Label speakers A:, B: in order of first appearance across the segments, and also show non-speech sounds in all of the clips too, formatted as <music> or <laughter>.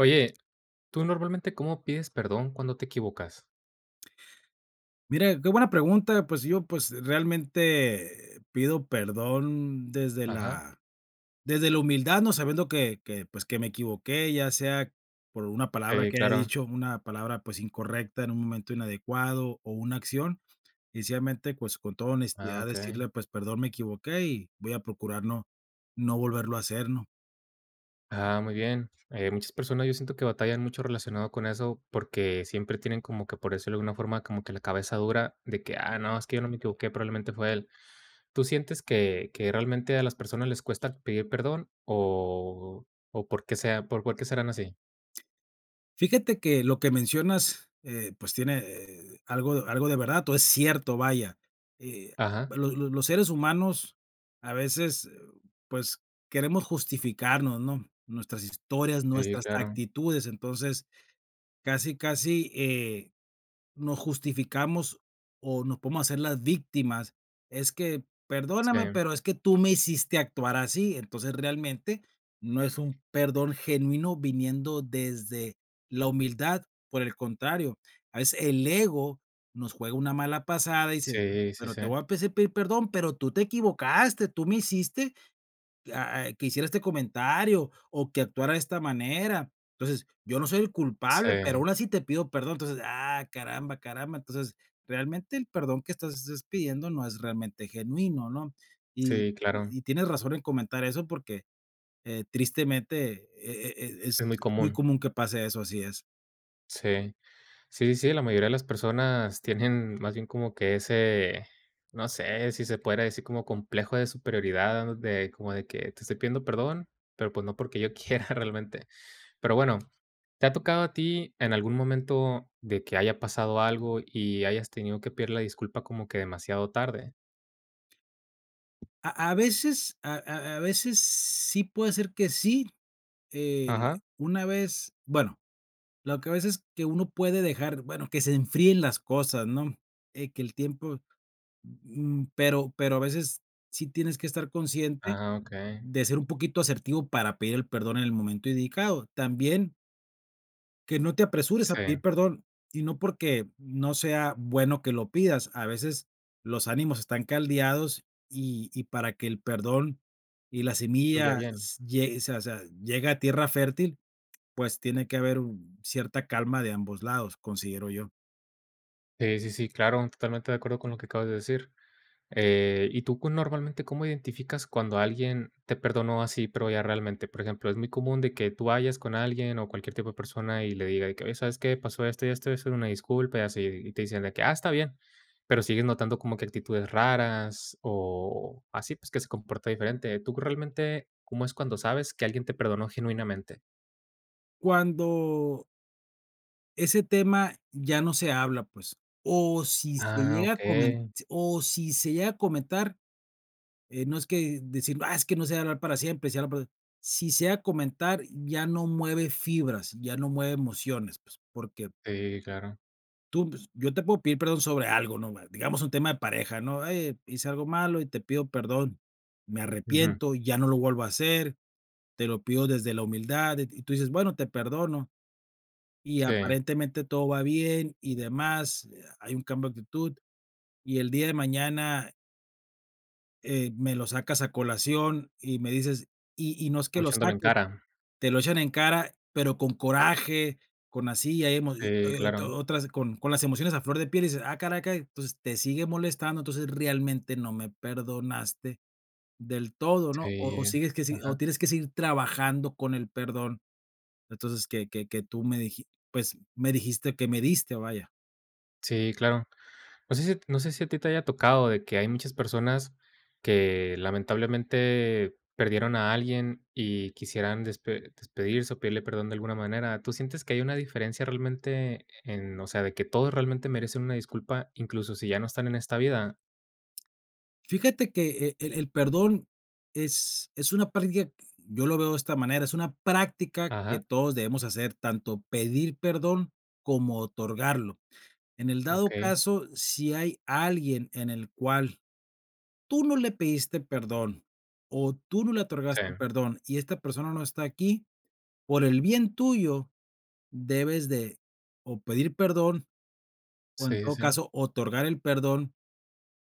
A: Oye, ¿tú normalmente cómo pides perdón cuando te equivocas?
B: Mira, qué buena pregunta. Pues yo, pues realmente pido perdón
A: Ajá,
B: desde la humildad, ¿no? Sabiendo que, pues, que me equivoqué, ya sea por una palabra
A: sí,
B: que haya
A: claro.
B: dicho, una palabra, pues, incorrecta en un momento inadecuado o una acción, y sencillamente, pues, con toda
A: Ah,
B: honestidad
A: okey.
B: decirle, pues, perdón, me equivoqué y voy a procurar no volverlo a hacer, ¿no?
A: Ah, muy bien. Muchas personas yo siento que batallan mucho relacionado con eso, porque siempre tienen como que, por eso de alguna forma, como que la cabeza dura de que: "Ah, no, es que yo no me equivoqué, probablemente fue él". ¿Tú sientes que realmente a las personas les cuesta pedir perdón o por qué serán así?
B: Fíjate que lo que mencionas, pues tiene, algo de verdad, o es cierto, vaya. Eh,
A: Ajá,
B: lo los seres humanos a veces, pues, queremos justificarnos, ¿no? Nuestras historias,
A: sí,
B: nuestras
A: claro.
B: actitudes. Entonces, casi, casi, nos justificamos o nos podemos hacer las víctimas. Es que, perdóname,
A: Sí,
B: pero es que tú me hiciste actuar así. Entonces, realmente no es un perdón genuino viniendo desde la humildad. Por el contrario, a veces el ego nos juega una mala pasada y dice,
A: sí, sí,
B: pero
A: sí.
B: te voy a pedir perdón, pero tú te equivocaste, tú me hiciste que hiciera este comentario o que actuara de esta manera. Entonces, yo no soy el
A: Sí,
B: culpable, pero aún así te pido perdón. Entonces, caramba, caramba. Entonces, realmente el perdón que estás es pidiendo no es realmente genuino, ¿no?
A: sí, claro.
B: Y tienes razón en comentar eso porque tristemente
A: Es
B: es
A: muy
B: muy
A: común.
B: común que pase eso, así es.
A: Sí. Sí, sí, la mayoría de las personas tienen más bien como que ese, no sé si se pudiera decir como complejo de superioridad, ¿no? De como de que te estoy pidiendo perdón, pero pues no porque yo <laughs> quiera realmente. Pero bueno, ¿te ha tocado a ti en algún momento de que haya pasado algo y hayas tenido que pedir la disculpa como que demasiado tarde?
B: A veces, a veces sí puede ser que sí. eh,
A: Ajá.
B: una vez, bueno, lo que a veces que uno puede dejar, bueno, que se enfríen las cosas, ¿no? Que el tiempo, mm, pero a veces sí tienes que estar consciente
A: Ah, okey.
B: de ser un poquito asertivo para pedir el perdón en el momento indicado. También que no te apresures a
A: Sí,
B: pedir perdón, y no porque no sea bueno que lo pidas. A veces los ánimos están caldeados y para que el perdón y la
A: fluye
B: semilla
A: bien.
B: s lle o sea, llegue a tierra fértil, pues tiene que haber un cierta calma de ambos lados, considero yo.
A: Sí, sí, sí, claro, totalmente de acuerdo con lo que acabas de decir. ¿Y tú cu normalmente cómo identificas cuando alguien te perdonó así, pero ya realmente? Por ejemplo, es muy común de que tú vayas con alguien o cualquier tipo de persona y le diga de que: "Oye, ¿sabes qué? Pasó esto y esto, eso, es una disculpa", y así, y te dicen de que: "Ah, está bien", pero sigues notando como que actitudes raras o así, pues, que se comporta diferente. ¿Tú realmente cómo es cuando sabes que alguien te perdonó genuinamente?
B: Cuando ese tema ya no se habla, pues, o si se
A: Ah,
B: llega a comen
A: okey.
B: o si se llega a comentar, no es que decir: "Ah, es que no se va a hablar para siempre, se habla para". Si se llega a comentar, ya no mueve fibras, ya no mueve emociones, pues, porque
A: Sí, claro.
B: tú, pues, yo te puedo pedir perdón sobre algo, ¿no? Digamos un tema de pareja, ¿no? "Oye, hice algo malo y te pido perdón, me
A: Ujú.
B: arrepiento, ya no lo vuelvo a hacer, te lo pido desde la humildad", y tú dices, bueno, te perdono, y
A: Sí,
B: aparentemente todo va bien y demás, hay un cambio de actitud, y el día de mañana, me lo sacas a colación y me dices y no es que
A: como
B: lo
A: echándole en
B: saques,
A: cara.
B: te lo echan en cara, pero con coraje, con así, hay emo y
A: Sí, claro.
B: otras con las emociones a flor de piel, y dices: "Ah, caraca". Entonces, te sigue molestando, entonces realmente no me perdonaste del todo, ¿no? O
A: Sí.
B: sigues que si o
A: Ajá.
B: tienes que seguir trabajando con el perdón. Entonces, que tú me diji pues, me dijiste que me diste, vaya.
A: Sí, claro. No sé si a ti te haya tocado de que hay muchas personas que lamentablemente perdieron a alguien y quisieran despedirse o pedirle perdón de alguna manera, ¿tú sientes que hay una diferencia realmente en, o sea, de que todos realmente merecen una disculpa, incluso si ya no están en esta vida?
B: Fíjate que el perdón es una práctica, que yo lo veo de esta manera, es una práctica que
A: Ajá,
B: todos debemos hacer, tanto pedir perdón como otorgarlo. En el dado
A: okey,
B: caso, si hay alguien en el cual tú no le pediste perdón o tú no le
A: sí,
B: otorgaste perdón y esta persona no está aquí, por el bien tuyo debes de o pedir perdón o, en
A: sí, sí,
B: todo
A: sí,
B: caso, otorgar el perdón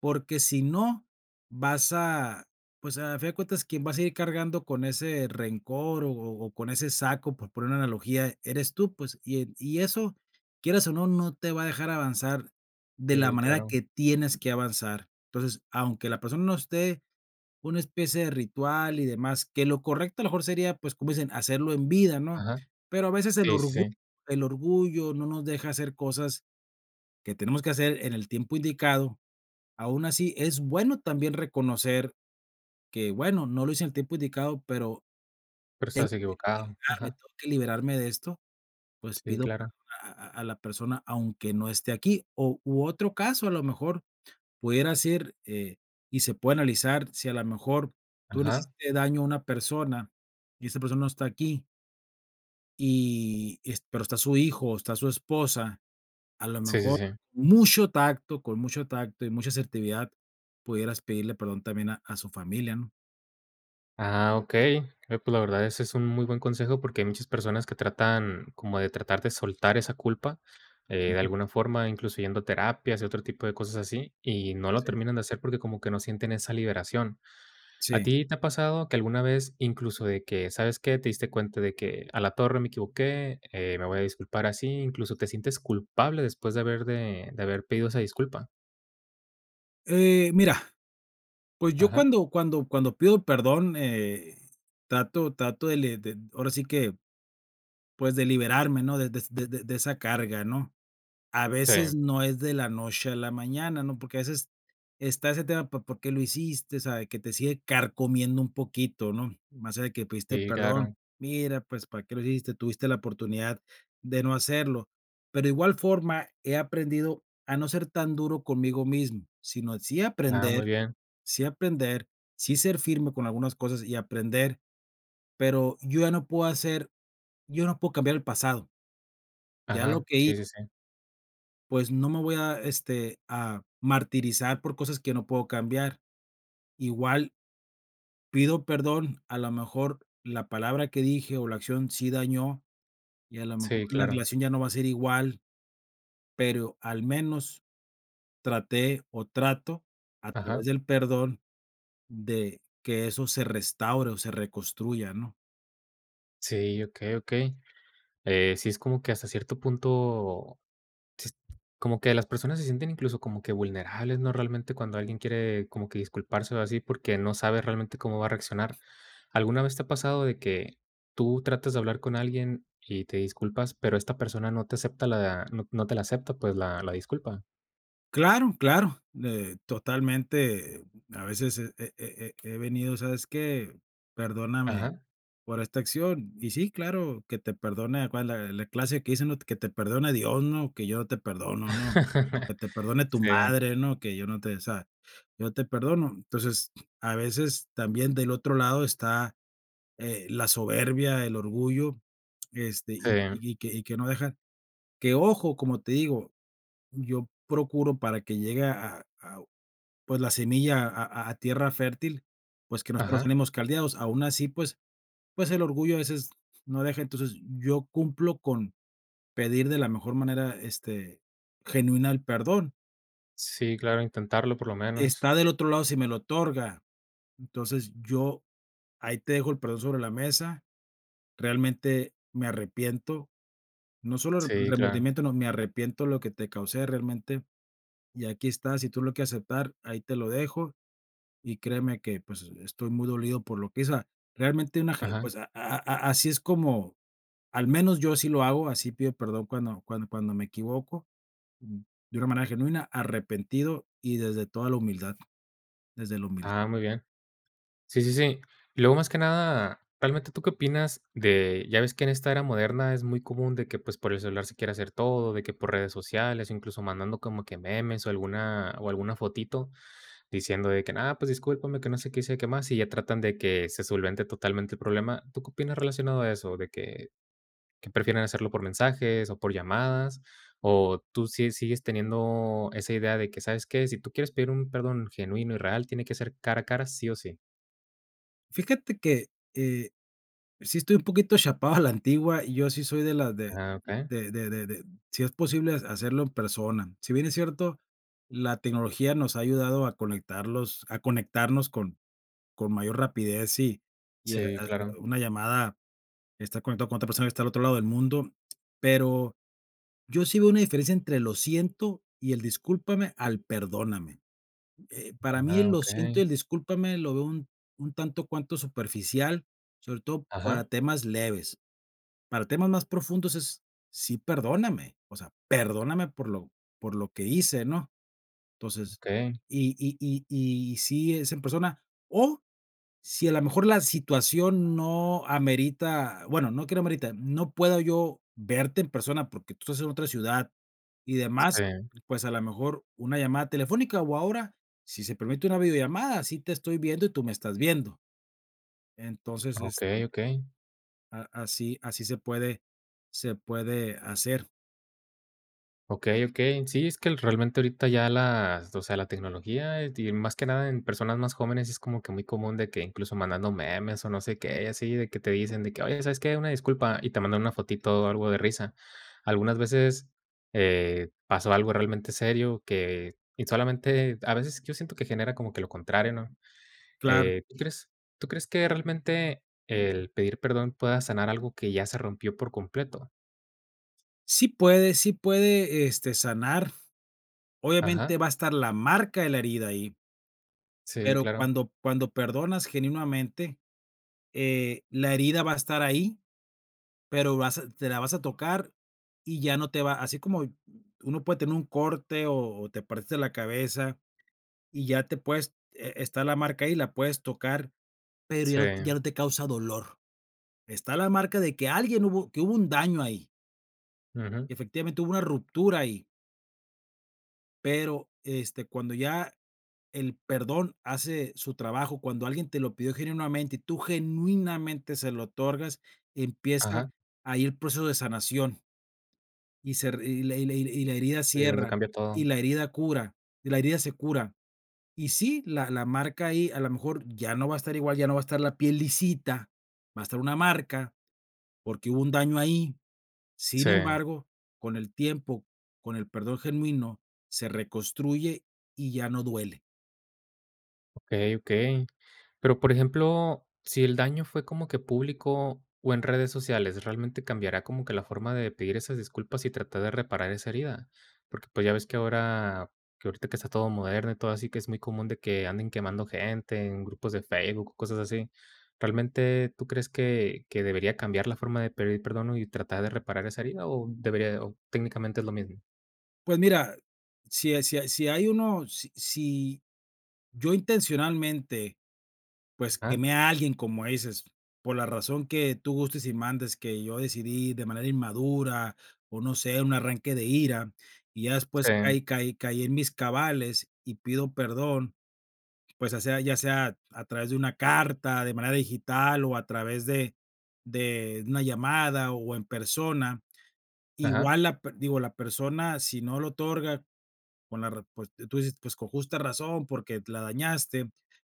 B: porque si no, vas a, pues, a fin de cuentas, quien vas a ir cargando con ese rencor o con ese saco, por poner una analogía, eres tú, pues, y eso, quieras o no, no te va a dejar avanzar de la
A: sí,
B: manera
A: claro,
B: que tienes que avanzar. Entonces, aunque la persona no esté, una especie de ritual y demás, que lo correcto a lo mejor sería, pues, como dicen, hacerlo en vida, ¿no?
A: ajá,
B: Pero a veces
A: sí, sí, sí,
B: el orgullo no nos deja hacer cosas que tenemos que hacer en el tiempo indicado. Aún así, es bueno también reconocer que, bueno, no lo hice en el tiempo indicado, pero,
A: pero estás equivocado,
B: me
A: ajá,
B: tengo que liberarme de esto, pues
A: sí,
B: pido
A: claro,
B: perdón a la persona, aunque no esté aquí. O u otro caso, a lo mejor, pudiera ser, y se puede analizar si a lo mejor tú le
A: ajá,
B: hiciste daño a una persona y esa persona no está aquí, y es pero está su hijo o está su esposa, a lo
A: sí, sí,
B: mejor
A: sí.
B: mucho tacto, con mucho tacto y mucha asertividad, pudieras pedirle perdón también a su familia, ¿no?
A: Ah, okey. Oye, pues, la verdad, ese es un muy buen consejo, porque hay muchas personas que tratan como de tratar de soltar esa culpa, de alguna forma, incluso yendo a terapias y otro tipo de cosas así, y no lo
B: Sí,
A: terminan de hacer porque como que no sienten esa liberación. ¿A
B: sí.
A: ti te ha pasado que alguna vez, incluso de que, sabes qué, te diste cuenta de que a la torre me equivoqué, me voy a disculpar así, incluso te sientes culpable después de haber pedido esa disculpa?
B: Mira, pues yo
A: Ajá.
B: cuando cuando pido perdón, trato de le de ahora sí que, pues, de liberarme, ¿no? De esa carga, ¿no? A
A: Sí,
B: veces no es de la noche a la mañana, ¿no? Porque a veces está ese tema, por qué lo hiciste? O sea, de que te sigue carcomiendo un poquito, ¿no? Más allá de que pediste
A: sí,
B: perdón,
A: claro.
B: mira, pues, ¿para qué lo hiciste? Tuviste la oportunidad de no hacerlo. Pero de igual forma, he aprendido a no ser tan duro conmigo mismo, sino sí
A: Ah, muy
B: aprender,
A: bien.
B: sí aprender, sí ser firme con algunas cosas y aprender, pero yo ya no puedo hacer, yo no puedo cambiar el pasado. Ya lo
A: Ajá.
B: que
A: Sí, sí, sí.
B: pues no me voy a, este, a martirizar por cosas que no puedo cambiar. Igual pido perdón, a lo mejor la palabra que dije o la acción sí dañó y a lo mejor
A: Sí,
B: la
A: claro.
B: relación ya no va a ser igual, pero al menos traté o trato a través
A: Ajá.
B: del perdón de que eso se restaure o se reconstruya, ¿no?
A: Sí, okey, okey. Sí es como que hasta cierto punto, sí es como que las personas se sienten incluso como que vulnerables, ¿no? Realmente cuando alguien quiere como que disculparse o así, porque no sabe realmente cómo va a reaccionar. ¿Alguna vez te ha pasado de que tú tratas de hablar con alguien y te disculpas, pero esta persona no te acepta la no no te la acepta, pues, la disculpa?
B: Claro, claro, totalmente. A veces he venido, ¿sabes qué? Perdóname
A: Ajá.
B: por esta acción. Y sí, claro, que te perdone, ¿cuál es la la clase que dicen, no? Que te perdone Dios, ¿no? Que yo no te perdono, ¿no? O
A: <laughs>
B: que te perdone tu
A: Sí,
B: madre, ¿no? Que yo no te, o sea, yo te perdono. Entonces, a veces también del otro lado está, la soberbia, el orgullo, este,
A: sí,
B: y que que no dejan que ojo, como te digo, yo procuro para que llegue a, pues, la semilla a tierra fértil, pues, que no estén los
A: ajá.
B: ánimos caldeados. Aún así, pues, pues el orgullo a veces no deja. Entonces, yo cumplo con pedir de la mejor manera, este, genuina el perdón.
A: Sí, claro, intentarlo por lo
B: Está
A: menos.
B: del otro lado si me lo otorga. Entonces, yo ahí te dejo el perdón sobre la mesa. Realmente me arrepiento. No solo el
A: Sí, claro.
B: remordimiento, no, me arrepiento lo que te causé realmente. Y aquí está, si tú lo quieres aceptar, ahí te lo dejo. Y créeme que, pues, estoy muy dolido por lo que hice. O sea, realmente una ge
A: Ajá.
B: pues, a así es como al menos yo sí lo hago, así pido perdón cuando me equivoco, mm, de una manera genuina, arrepentido y desde toda la humildad, desde la humildad.
A: Ah, muy bien. Sí, sí, sí. Y luego, más que nada, realmente, ¿tú qué opinas de? Ya ves que en esta era moderna es muy común de que, pues, por el celular se quiere hacer todo, de que por redes sociales, o incluso mandando como que memes o alguna fotito diciendo de que: nada, pues discúlpame, que no sé qué hice, qué más", y ya tratan de que se solvente totalmente el problema. ¿Tú qué opinas relacionado a eso? De que prefieren hacerlo por mensajes o por llamadas, o tú sí sigues teniendo esa idea de que, ¿sabes qué? Si tú quieres pedir un perdón genuino y real, tiene que ser cara a cara, sí o sí.
B: Fíjate que, eh, sí estoy un poquito chapado a la antigua y yo sí soy de las de
A: Ah, okey.
B: de de de de si es posible hacerlo en persona. Si bien es cierto, la tecnología nos ha ayudado a conectarlos a conectarnos con mayor rapidez y
A: Sí,
B: hacer
A: claro.
B: una llamada, estar conectado con otra persona que está al otro lado del mundo, pero yo sí veo una diferencia entre lo siento y el discúlpame al perdóname. Para mí el
A: Ah,
B: lo siento
A: okey.
B: y el discúlpame lo veo un tanto cuanto superficial, sobre todo para
A: Ajá,
B: temas leves. Para temas más profundos es sí, perdóname, o sea, perdóname por lo que hice, ¿no? Entonces,
A: okey.
B: si es en persona o si a lo mejor la situación no amerita, bueno, no que no amerita, no puedo yo verte en persona porque tú estás en otra ciudad y demás,
A: Sí,
B: pues a lo mejor una llamada telefónica o ahora, si se permite una videollamada, así te estoy viendo y tú me estás viendo. Entonces, este,
A: okey, okey.
B: así, así se puede hacer.
A: Okey, okey. Sí, es que realmente ahorita ya las o sea, la tecnología, y más que nada en personas más jóvenes, es como que muy común de que incluso mandando memes o no sé qué, y así de que te dicen de que: "Oye, ¿sabes qué? Una disculpa", y te mandan una fotito o algo de risa. Algunas veces, pasó algo realmente serio que y solamente a veces yo siento que genera como que lo contrario, ¿no?
B: Claro.
A: Eh, ¿tú crees tú crees que realmente el pedir perdón pueda sanar algo que ya se rompió por completo?
B: Sí puede, este, sanar.
A: Ajá,
B: Obviamente va a estar la marca de la herida ahí,
A: sí,
B: pero
A: claro,
B: cuando, cuando perdonas genuinamente, la herida va a estar ahí, pero vas a te la vas a tocar y ya no te va así como uno puede tener un corte o te partiste la cabeza y ya te puedes está la marca ahí, la puedes tocar, pero
A: sí,
B: ya no te causa dolor. Está la marca de que alguien hubo que hubo un daño ahí,
A: ujú,
B: efectivamente hubo una ruptura ahí, pero, este, cuando ya el perdón hace su trabajo. Cuando alguien te lo pidió genuinamente y tú genuinamente se lo otorgas, empieza
A: ajá,
B: ahí el proceso de sanación y y la herida
A: sí, donde
B: cierra
A: cambia
B: y
A: todo,
B: la herida cura, y la herida se cura. Y sí, la marca ahí a lo mejor ya no va a estar igual, ya no va a estar la piel lisita, va a estar una marca porque hubo un daño ahí. Sin
A: sí,
B: embargo, con el tiempo, con el perdón genuino, se reconstruye y ya no duele.
A: okey, okey. Pero, por ejemplo, si el daño fue como que público o en redes sociales, ¿realmente cambiará como que la forma de pedir esas disculpas y tratar de reparar esa herida? Porque, pues, ya ves que ahora que ahorita que está todo moderno y todo así, que es muy común de que anden quemando gente en grupos de Facebook o cosas así. ¿Realmente tú crees que debería cambiar la forma de pedir perdón y tratar de reparar esa herida o debería o técnicamente es lo mismo?
B: Pues mira, si hay uno si si yo intencionalmente, pues,
A: Ajá,
B: quemé a alguien, como dices, por la razón que tú gustes y mandes, que yo decidí de manera inmadura, o no sé, un arranque de ira, y ya después
A: sí,
B: caí en mis cabales y pido perdón, pues, ya sea a través de una carta, de manera digital, o a través de una llamada o en persona.
A: ajá,
B: Igual la per digo, la persona, si no lo otorga con la re pues, tú dices, pues, con justa razón, porque la dañaste.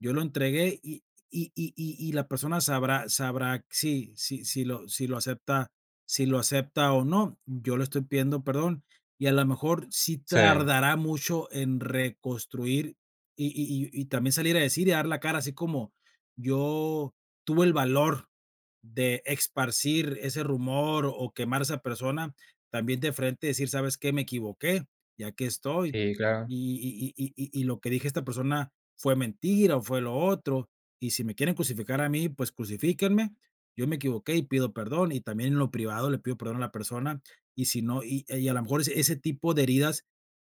B: Yo lo entregué y la persona sabrá si lo acepta si lo acepta o no. Yo le estoy pidiendo perdón, y a lo mejor sí
A: sí,
B: tardará mucho en reconstruir, también salir a decir y dar la cara, así como: "Yo tuve el valor de esparcir ese rumor o quemar a esa persona", también de frente decir, ¿sabes qué? Me equivoqué ya que estoy.
A: sí, claro,
B: Y lo que dije esta persona fue mentira o fue lo otro. Y si me quieren crucificar a mí, pues crucifíquenme. Yo me equivoqué y pido perdón. Y también en lo privado le pido perdón a la persona. Y si no, y a lo mejor ese, ese tipo de heridas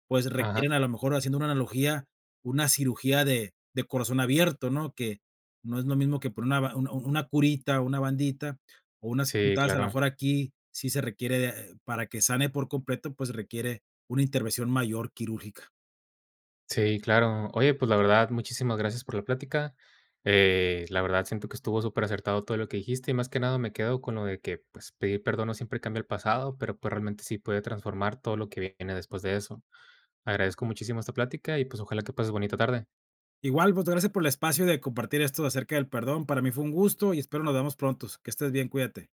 B: pues,
A: ajá,
B: requieren, a lo mejor, haciendo una analogía, una cirugía de corazón abierto, ¿no? Que no es lo mismo que por una ba una curita, una bandita o unas
A: sí,
B: puntadas, a lo
A: claro.
B: mejor aquí sí se requiere de para que sane por completo, pues, requiere una intervención mayor quirúrgica.
A: Sí, claro. Oye, pues la verdad, muchísimas gracias por la plática. La verdad, siento que estuvo súper acertado todo lo que dijiste y más que nada me quedo con lo de que pues, pedir perdón no siempre cambia el pasado, pero pues realmente sí puede transformar todo lo que viene después de eso. Agradezco muchísimo esta plática y pues ojalá que pases bonita tarde.
B: Igual, pues, gracias por el espacio de compartir esto acerca del perdón. Para mí fue un gusto y espero nos vemos pronto. Que estés bien, cuídate.